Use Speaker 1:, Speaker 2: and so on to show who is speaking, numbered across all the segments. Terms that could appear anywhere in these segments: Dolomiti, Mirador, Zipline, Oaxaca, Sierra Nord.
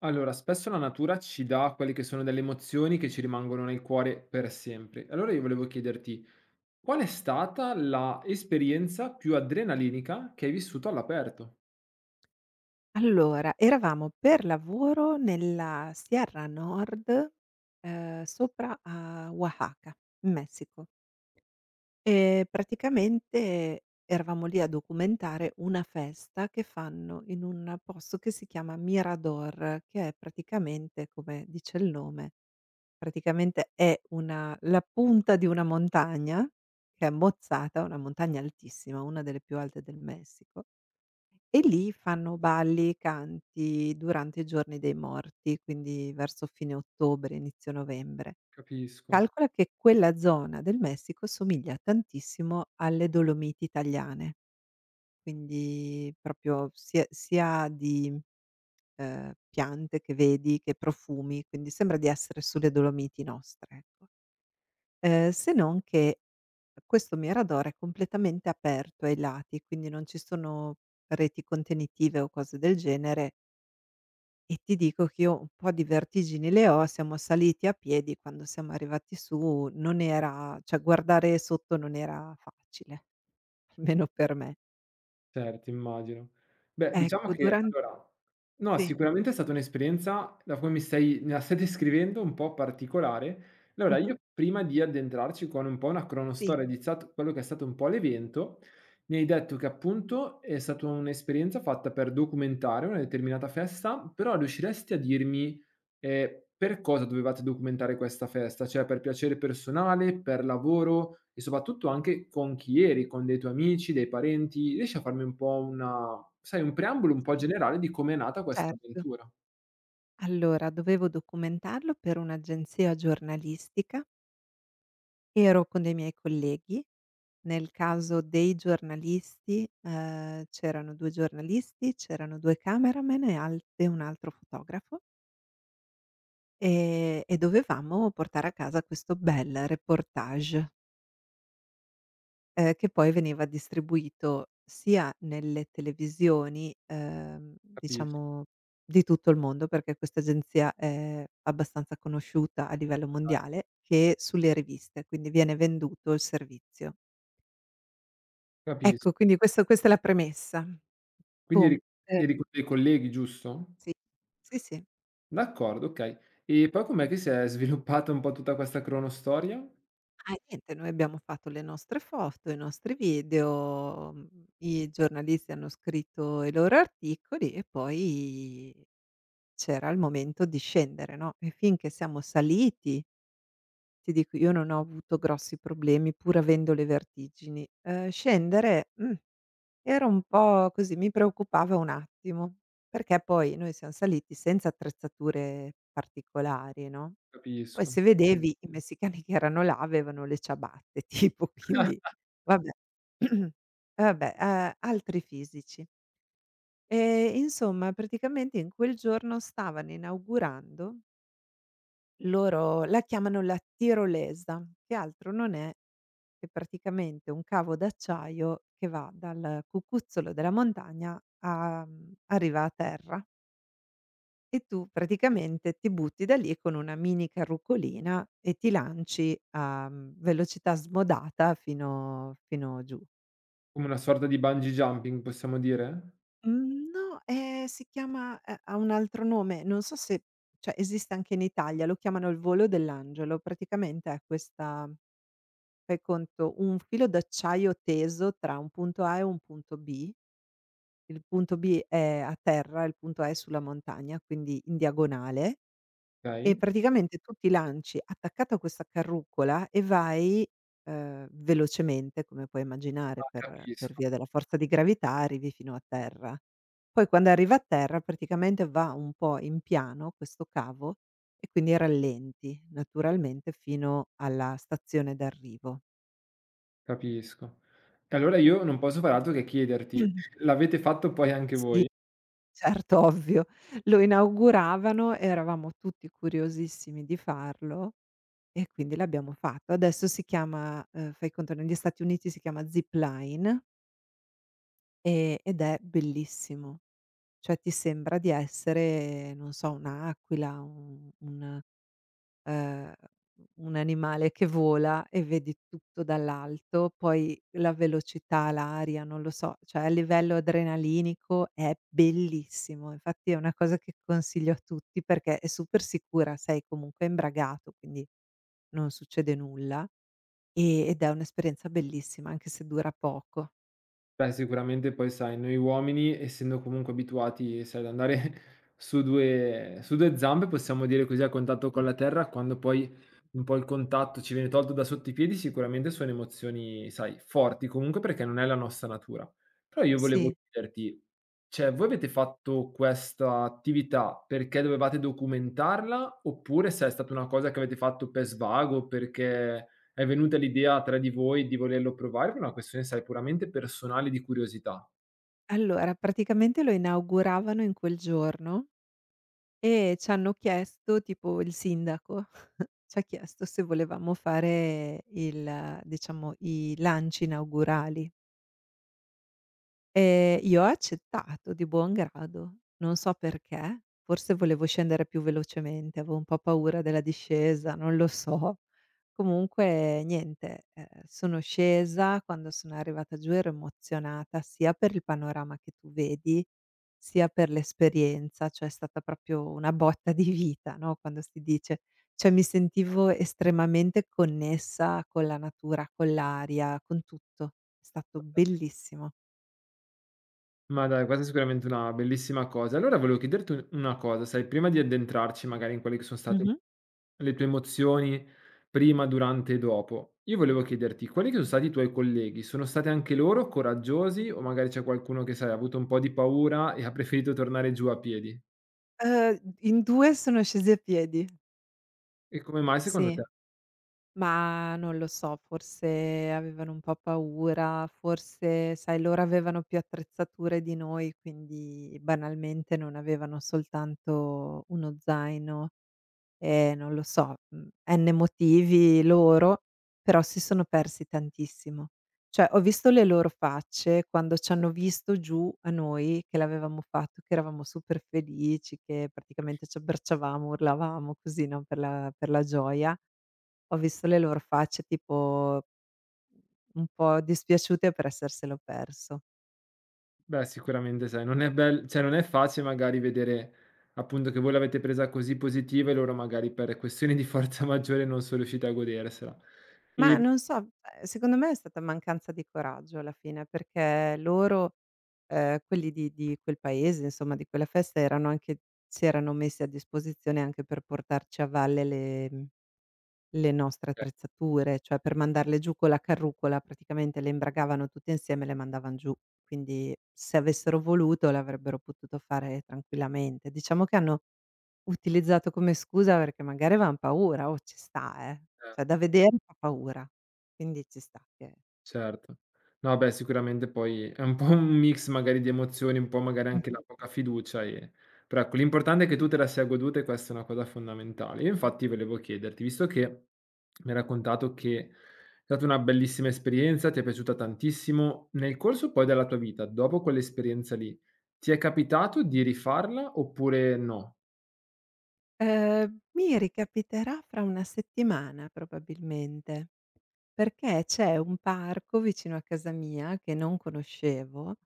Speaker 1: Allora, spesso la natura ci dà quelle che sono delle emozioni che ci rimangono nel cuore per sempre. Allora io volevo chiederti, qual è stata la esperienza più adrenalinica che hai vissuto all'aperto?
Speaker 2: Allora, eravamo per lavoro nella Sierra Nord, sopra a Oaxaca, in Messico. E praticamente eravamo lì a documentare una festa che fanno in un posto che si chiama Mirador, che è praticamente, come dice il nome, praticamente è una la punta di una montagna che è mozzata, una montagna altissima, una delle più alte del Messico, e lì fanno balli, e canti durante i giorni dei morti, quindi verso fine ottobre, inizio novembre.
Speaker 1: Capisco.
Speaker 2: Calcola che quella zona del Messico somiglia tantissimo alle Dolomiti italiane, quindi proprio sia di, piante che vedi, che profumi, quindi sembra di essere sulle Dolomiti nostre, ecco. Se non che questo mirador è completamente aperto ai lati, quindi non ci sono reti contenitive o cose del genere. E ti dico che io un po' di vertigini le ho, siamo saliti a piedi, quando siamo arrivati su non era, cioè guardare sotto non era facile, almeno per me.
Speaker 1: Certo, immagino. Beh, diciamo
Speaker 2: Ecco
Speaker 1: che
Speaker 2: duran
Speaker 1: allora no,
Speaker 2: Sì,
Speaker 1: sicuramente è stata un'esperienza, da come mi stai me la stai descrivendo, un po' particolare. Allora,
Speaker 2: mh-mh,
Speaker 1: io prima di addentrarci con un po' una
Speaker 2: sì,
Speaker 1: cronostoria di zat quello che è stato un po' l'evento, mi hai detto che appunto è stata un'esperienza fatta per documentare una determinata festa, però riusciresti a dirmi… Per cosa dovevate documentare questa festa? Cioè, per piacere personale, per lavoro e soprattutto anche con chi eri, con dei tuoi amici, dei parenti? Riesci a farmi un po' una, sai, un preambolo un po'
Speaker 2: sì,
Speaker 1: generale di come è nata questa
Speaker 2: certo.
Speaker 1: avventura?
Speaker 2: Allora dovevo documentarlo per un'agenzia giornalistica, ero con dei miei colleghi, nel caso dei giornalisti, c'erano 2 giornalisti, c'erano 2 cameraman e alt e un altro fotografo. E dovevamo portare a casa questo bel reportage, che poi veniva distribuito sia nelle televisioni,
Speaker 1: Capisco,
Speaker 2: diciamo di tutto il mondo, perché questa agenzia è abbastanza conosciuta a livello
Speaker 1: dai,
Speaker 2: mondiale, che sulle riviste, quindi viene venduto il servizio.
Speaker 1: capis
Speaker 2: Ecco, quindi questo questa è la premessa.
Speaker 1: quindi
Speaker 2: Buon
Speaker 1: eri
Speaker 2: ehm,
Speaker 1: eri con dei colleghi, giusto?
Speaker 2: sì. Sì, sì.
Speaker 1: D'accordo, okay. E poi com'è che si è sviluppata un po' tutta questa cronostoria?
Speaker 2: Ah, niente, noi abbiamo fatto le nostre foto, i nostri video, i giornalisti hanno scritto i loro articoli e poi c'era il momento di scendere, no, e finché siamo saliti, ti dico io non ho avuto grossi problemi pur avendo le vertigini. Scendere, era un po' così, mi preoccupava un attimo, perché poi noi siam saliti senza attrezzature particolari, no, poi
Speaker 1: Capisco.
Speaker 2: se vedevi i messicani che erano là avevano le ciabatte tipo, quindi vabbè. E vabbè, altri fisici. E insomma praticamente in quel giorno stavano inaugurando, loro la chiamano la tirolesa, che altro non è che è praticamente un cavo d'acciaio che va dal cucuzzolo della montagna arriva a terra, e tu praticamente ti butti da lì con una mini carrucolina e ti lanci a, velocità smodata fino giù.
Speaker 1: Come una sorta di bungee jumping, possiamo dire?
Speaker 2: Mhmm, no, si chiama, ha un altro nome, non so se, cioè esiste anche in Italia, lo chiamano il volo dell'angelo. Praticamente è questa, fai conto, un filo d'acciaio teso tra un punto A e un punto B. Il punto B è a terra, il punto A è sulla montagna, quindi in diagonale, e
Speaker 1: Okay.
Speaker 2: praticamente tu ti lanci attaccato a questa carrucola e vai, velocemente come puoi immaginare,
Speaker 1: Ah,
Speaker 2: per
Speaker 1: capisco.
Speaker 2: via della forza di gravità, arrivi fino a terra. Poi quando arriva a terra praticamente va un po' in piano questo cavo e quindi rallenti naturalmente fino alla stazione d'arrivo.
Speaker 1: Capisco. E allora io non posso far altro che chiederti:
Speaker 2: Mh-mh.
Speaker 1: l'avete fatto poi anche
Speaker 2: Sì.
Speaker 1: voi?
Speaker 2: Certo, ovvio. Lo inauguravano, eravamo tutti curiosissimi di farlo e quindi l'abbiamo fatto. Adesso si chiama, fai conto negli Stati Uniti si chiama Zipline, ed è bellissimo. Cioè ti sembra di essere, non so, un'aquila, ehm, un animale che vola, e vedi tutto dall'alto, poi la velocità, l'aria, non lo so, cioè a livello adrenalinico è bellissimo. Infatti è una cosa che consiglio a tutti perché è super sicura, sei comunque imbragato, quindi non succede nulla, ed è un'esperienza bellissima anche se dura poco.
Speaker 1: Beh, sicuramente poi sai, noi uomini essendo comunque abituati, sai, ad andare su 2 zampe, possiamo dire così, a contatto con la terra, quando poi un po' il contatto ci viene tolto da sotto i piedi, sicuramente sono emozioni, sai, forti comunque perché non è la nostra natura. Però io volevo
Speaker 2: Sì.
Speaker 1: chiederti, cioè, voi avete fatto questa attività perché dovevate documentarla, oppure se è stata una cosa che avete fatto per svago, perché è venuta l'idea tra di voi di volerlo provare, per una questione, sai, puramente personale di curiosità?
Speaker 2: Allora praticamente lo inauguravano in quel giorno e c'hanno chiesto, tipo il sindaco c'ha chiesto se volevamo fare, il diciamo, i lanci inaugurali. Io ho accettato di buon grado. Non so perché, forse volevo scendere più velocemente, avevo un po' paura della discesa, non lo so. Comunque niente, sono scesa, quando sono arrivata giù ero emozionata sia per il panorama che tu vedi, sia per l'esperienza, cioè è stata proprio una botta di vita, no, quando si dice. Cioè mi sentivo estremamente connessa con la natura, con l'aria, con tutto. È stato bellissimo.
Speaker 1: Ma dai, questa è sicuramente una bellissima cosa. Allora volevo chiederti un una cosa, sai, prima di addentrarci magari in quelli che sono stati
Speaker 2: Mh-mh.
Speaker 1: le tue emozioni prima, durante e dopo. Io volevo chiederti, quelli che sono stati i tuoi colleghi, sono stati anche loro coraggiosi o magari c'è qualcuno che, sai, ha avuto un po' di paura e ha preferito tornare giù a piedi?
Speaker 2: In 2 sono scesi a piedi.
Speaker 1: E come mai secondo
Speaker 2: Sì.
Speaker 1: te?
Speaker 2: Ma non lo so, forse avevano un po' paura, forse sai loro avevano più attrezzature di noi, quindi banalmente non avevano soltanto uno zaino. Non lo so, n motivi loro, però si sono persi tantissimo. Cioè, ho visto le loro facce quando c'hanno visto giù a noi che l'avevamo fatto, che eravamo super felici, che praticamente ci abbracciavamo, urlavamo così, no, per la gioia. Ho visto le loro facce tipo un po' dispiaciute per esserselo perso.
Speaker 1: Beh, sicuramente sai, non è bel cioè non è facile magari vedere appunto che voi l'avete presa così positiva e loro magari per questioni di forza maggiore non sono riusciti a godersela.
Speaker 2: Ma
Speaker 1: E
Speaker 2: non so, secondo me è stata mancanza di coraggio alla fine, perché loro, quelli di quel paese, insomma di quella festa, erano anche, si erano messi a disposizione anche per portarci a valle le nostre attrezzature, cioè per mandarle giù con la carrucola, praticamente le imbragavano tutte insieme e le mandavan giù. Quindi se avessero voluto l'avrebbero potuto fare tranquillamente. Diciamo che hanno utilizzato come scusa perché magari avevan paura, oh, ci sta cioè
Speaker 1: eh,
Speaker 2: da vedere fa paura, quindi ci sta che.
Speaker 1: certo. No, beh, sicuramente poi è un po' un mix magari di emozioni, un po' magari anche la
Speaker 2: Mh-mh.
Speaker 1: poca fiducia, però ecco, l'importante è che tu te la sia goduta e questa è una cosa fondamentale. Io infatti volevo chiederti, visto che mi hai raccontato che è stata una bellissima esperienza, ti è piaciuta tantissimo, nel corso poi della tua vita, dopo quell'esperienza lì, ti è capitato di rifarla oppure no?
Speaker 2: Mi ricapiterà fra una settimana probabilmente, perché c'è un parco vicino a casa mia che non conoscevo,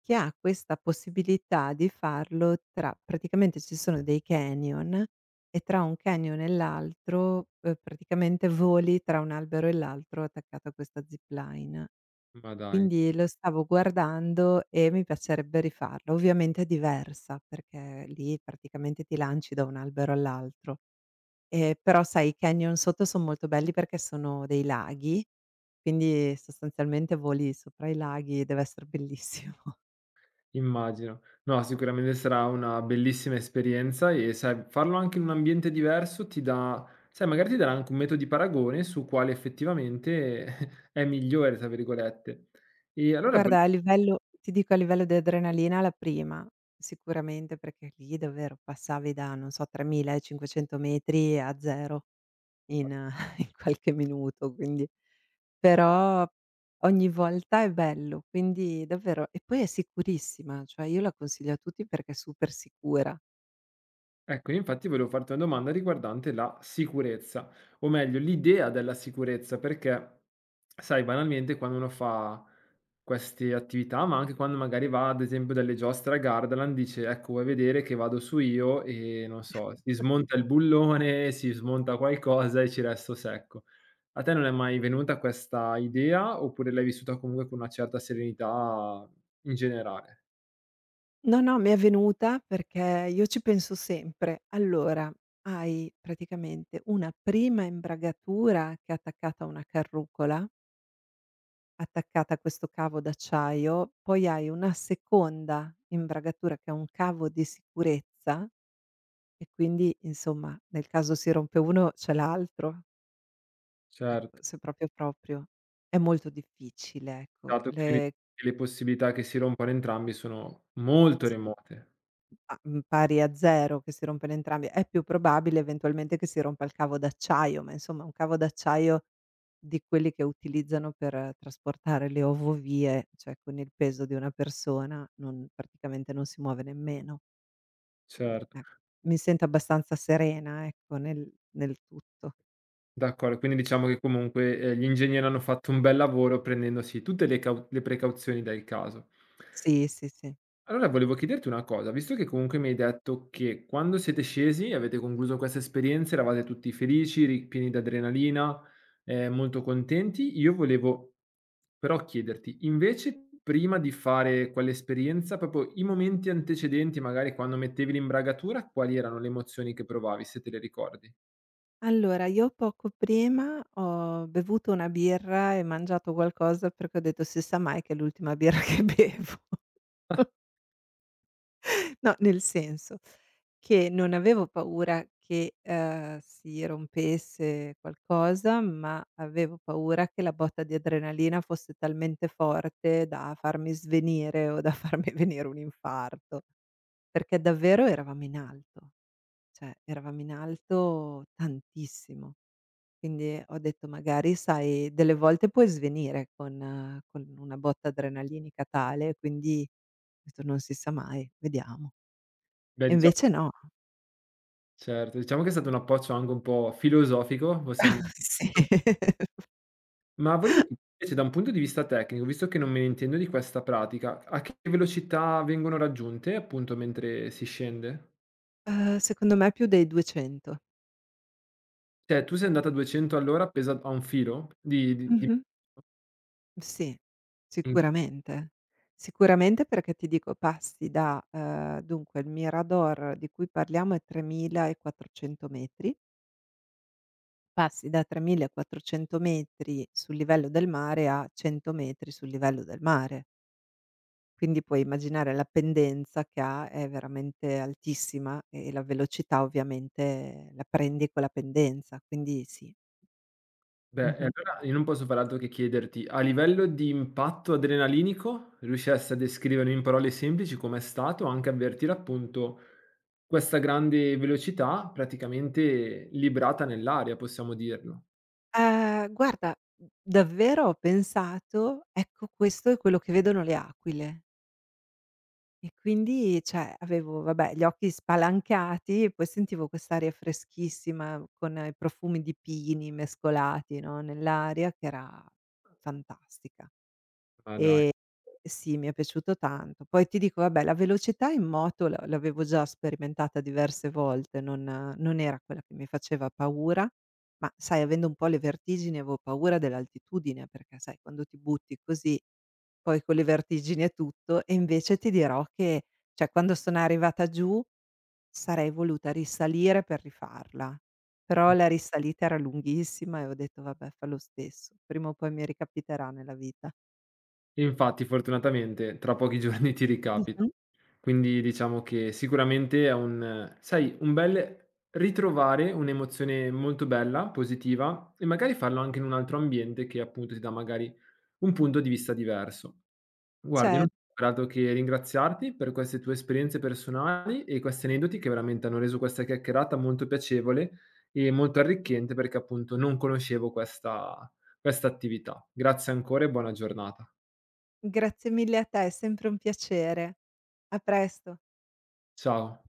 Speaker 2: che ha questa possibilità di farlo, tra praticamente ci sono dei canyon, e tra un canyon e l'altro, praticamente voli tra un albero e l'altro attaccato a questa zipline.
Speaker 1: Ma dai.
Speaker 2: Quindi lo stavo guardando e mi piacerebbe rifarlo. Ovviamente è diversa, perché lì praticamente ti lanci da un albero all'altro. Però sai i canyon sotto son molto belli perché sono dei laghi, quindi sostanzialmente voli sopra i laghi, deve essere bellissimo.
Speaker 1: Immagino. No, sicuramente sarà una bellissima esperienza e sai, farlo anche in un ambiente diverso ti dà, sai, magari ti darà anche un metodo di paragone su quale effettivamente è migliore, tra virgolette. E allora
Speaker 2: Guarda, a livello ti dico a livello di adrenalina la prima, sicuramente, perché lì davvero passavi da, non so, 3500 metri a 0 in in qualche minuto, quindi. Però ogni volta è bello, quindi davvero, e poi è sicurissima, cioè io la consiglio a tutti perché è super sicura.
Speaker 1: ecco, io infatti volevo farti una domanda riguardante la sicurezza, o meglio l'idea della sicurezza, perché sai, banalmente quando uno fa queste attività, ma anche quando magari va ad esempio dalle giostre a Gardaland, dice: ecco, vuoi vedere che vado su io e non so, si smonta il bullone, si smonta qualcosa e ci resto secco. A te non è mai venuta questa idea oppure l'hai vissuta comunque con una certa serenità in generale?
Speaker 2: No, no, mi è venuta perché io ci penso sempre. Allora, hai praticamente una prima imbragatura che è attaccata a una carrucola, attaccata a questo cavo d'acciaio, poi hai una seconda imbragatura che è un cavo di sicurezza, e quindi, insomma, nel caso si rompe uno c'è l'altro. Ecco,
Speaker 1: Certo.
Speaker 2: se proprio, proprio. È molto difficile, ecco.
Speaker 1: Dato che
Speaker 2: Le
Speaker 1: le possibilità che si rompano entrambi sono molto
Speaker 2: se
Speaker 1: remote.
Speaker 2: pa mhmm, Pari a 0 che si rompono entrambi, è più probabile eventualmente che si rompa il cavo d'acciaio, ma insomma un cavo d'acciaio di quelli che utilizzano per trasportare le ovovie, cioè con il peso di una persona non praticamente non si muove nemmeno. Quindi,
Speaker 1: Certo,
Speaker 2: mi sento abbastanza serena, ecco, nel tutto.
Speaker 1: d'accordo. Quindi diciamo che comunque, gli ingegneri hanno fatto un bel lavoro prendendosi tutte le cau le precauzioni del caso.
Speaker 2: Sì, sì, sì.
Speaker 1: Allora volevo chiederti una cosa, visto che comunque mi hai detto che quando siete scesi avete concluso questa esperienza, eravate tutti felici, pieni di adrenalina, molto contenti, io volevo però chiederti, invece prima di fare quell'esperienza, proprio i momenti antecedenti, magari quando mettevi l'imbragatura, quali erano le emozioni che provavi, se te le ricordi?
Speaker 2: Allora, io poco prima ho bevuto una birra e mangiato qualcosa perché ho detto: "Si sa mai che è l'ultima birra che bevo". No, nel senso che non avevo paura che, si rompesse qualcosa, ma avevo paura che la botta di adrenalina fosse talmente forte da farmi svenire o da farmi venire un infarto, perché davvero eravamo in alto, cioè eravamo in alto tantissimo. Quindi ho detto: "Magari sai, delle volte puoi svenire con con una botta adrenalinica tale, quindi", ho detto: "Non si sa mai, vediamo".
Speaker 1: Beh,
Speaker 2: E
Speaker 1: diciamo,
Speaker 2: invece no.
Speaker 1: certo, diciamo che è stato un approccio anche un po' filosofico, possiamo…
Speaker 2: Sì.
Speaker 1: Ma volevo chi invece da un punto di vista tecnico, visto che non me ne intendo di questa pratica, a che velocità vengono raggiunte, appunto, mentre si scende?
Speaker 2: Secondo me più dei 200.
Speaker 1: Cioè, tu sei andata a 200 all'ora appesa a un filo di
Speaker 2: Mh-mh. Sì,
Speaker 1: mh,
Speaker 2: sicuramente. Sicuramente perché ti dico, dunque il Mirador di cui parliamo è 3400 metri. Passi da 3400 metri sul livello del mare a 100 metri sul livello del mare. Quindi puoi immaginare la pendenza che ha, è veramente altissima, e la velocità ovviamente la prendi con la pendenza, quindi sì.
Speaker 1: beh, e
Speaker 2: Mh-mh.
Speaker 1: allora io non posso fare altro che chiederti, a livello di impatto adrenalinico, riusciresti a descrivere in parole semplici com'è stato, anche avvertire, appunto, questa grande velocità praticamente librata nell'aria, possiamo dirlo?
Speaker 2: Guarda, davvero ho pensato: "Ecco questo è quello che vedono le aquile". E quindi, cioè, avevo, vabbè, gli occhi spalancati e poi sentivo quest'aria freschissima con i profumi di pini mescolati, no, nell'aria, che era fantastica.
Speaker 1: Ma dai.
Speaker 2: Ehm, sì, mi è piaciuto tanto. Poi ti dico, vabbè, la velocità in moto la l'avevo già sperimentata diverse volte, non era quella che mi faceva paura, ma sai avendo un po' le vertigini avevo paura dell'altitudine, perché sai quando ti butti così, poi con le vertigini e tutto, e invece ti dirò che, cioè quando sono arrivata giù, sarei voluta risalire per rifarla, però la risalita era lunghissima e ho detto: "Vabbè, fa lo stesso, prima o poi mi ricapiterà nella vita".
Speaker 1: Infatti, fortunatamente, tra pochi giorni ti ricapita. Quindi diciamo che sicuramente è un, sai, un bel ritrovare un'emozione molto bella, positiva e magari farlo anche in un altro ambiente che appunto ti dà magari un punto di vista diverso. Guarda, io
Speaker 2: Cer
Speaker 1: non ho altro che ringraziarti per queste tue esperienze personali e questi aneddoti che veramente hanno reso questa chiacchierata molto piacevole e molto arricchente perché appunto non conoscevo questa attività. Grazie ancora e buona giornata.
Speaker 2: grazie mille a te, è sempre un piacere. A presto.
Speaker 1: Ciao.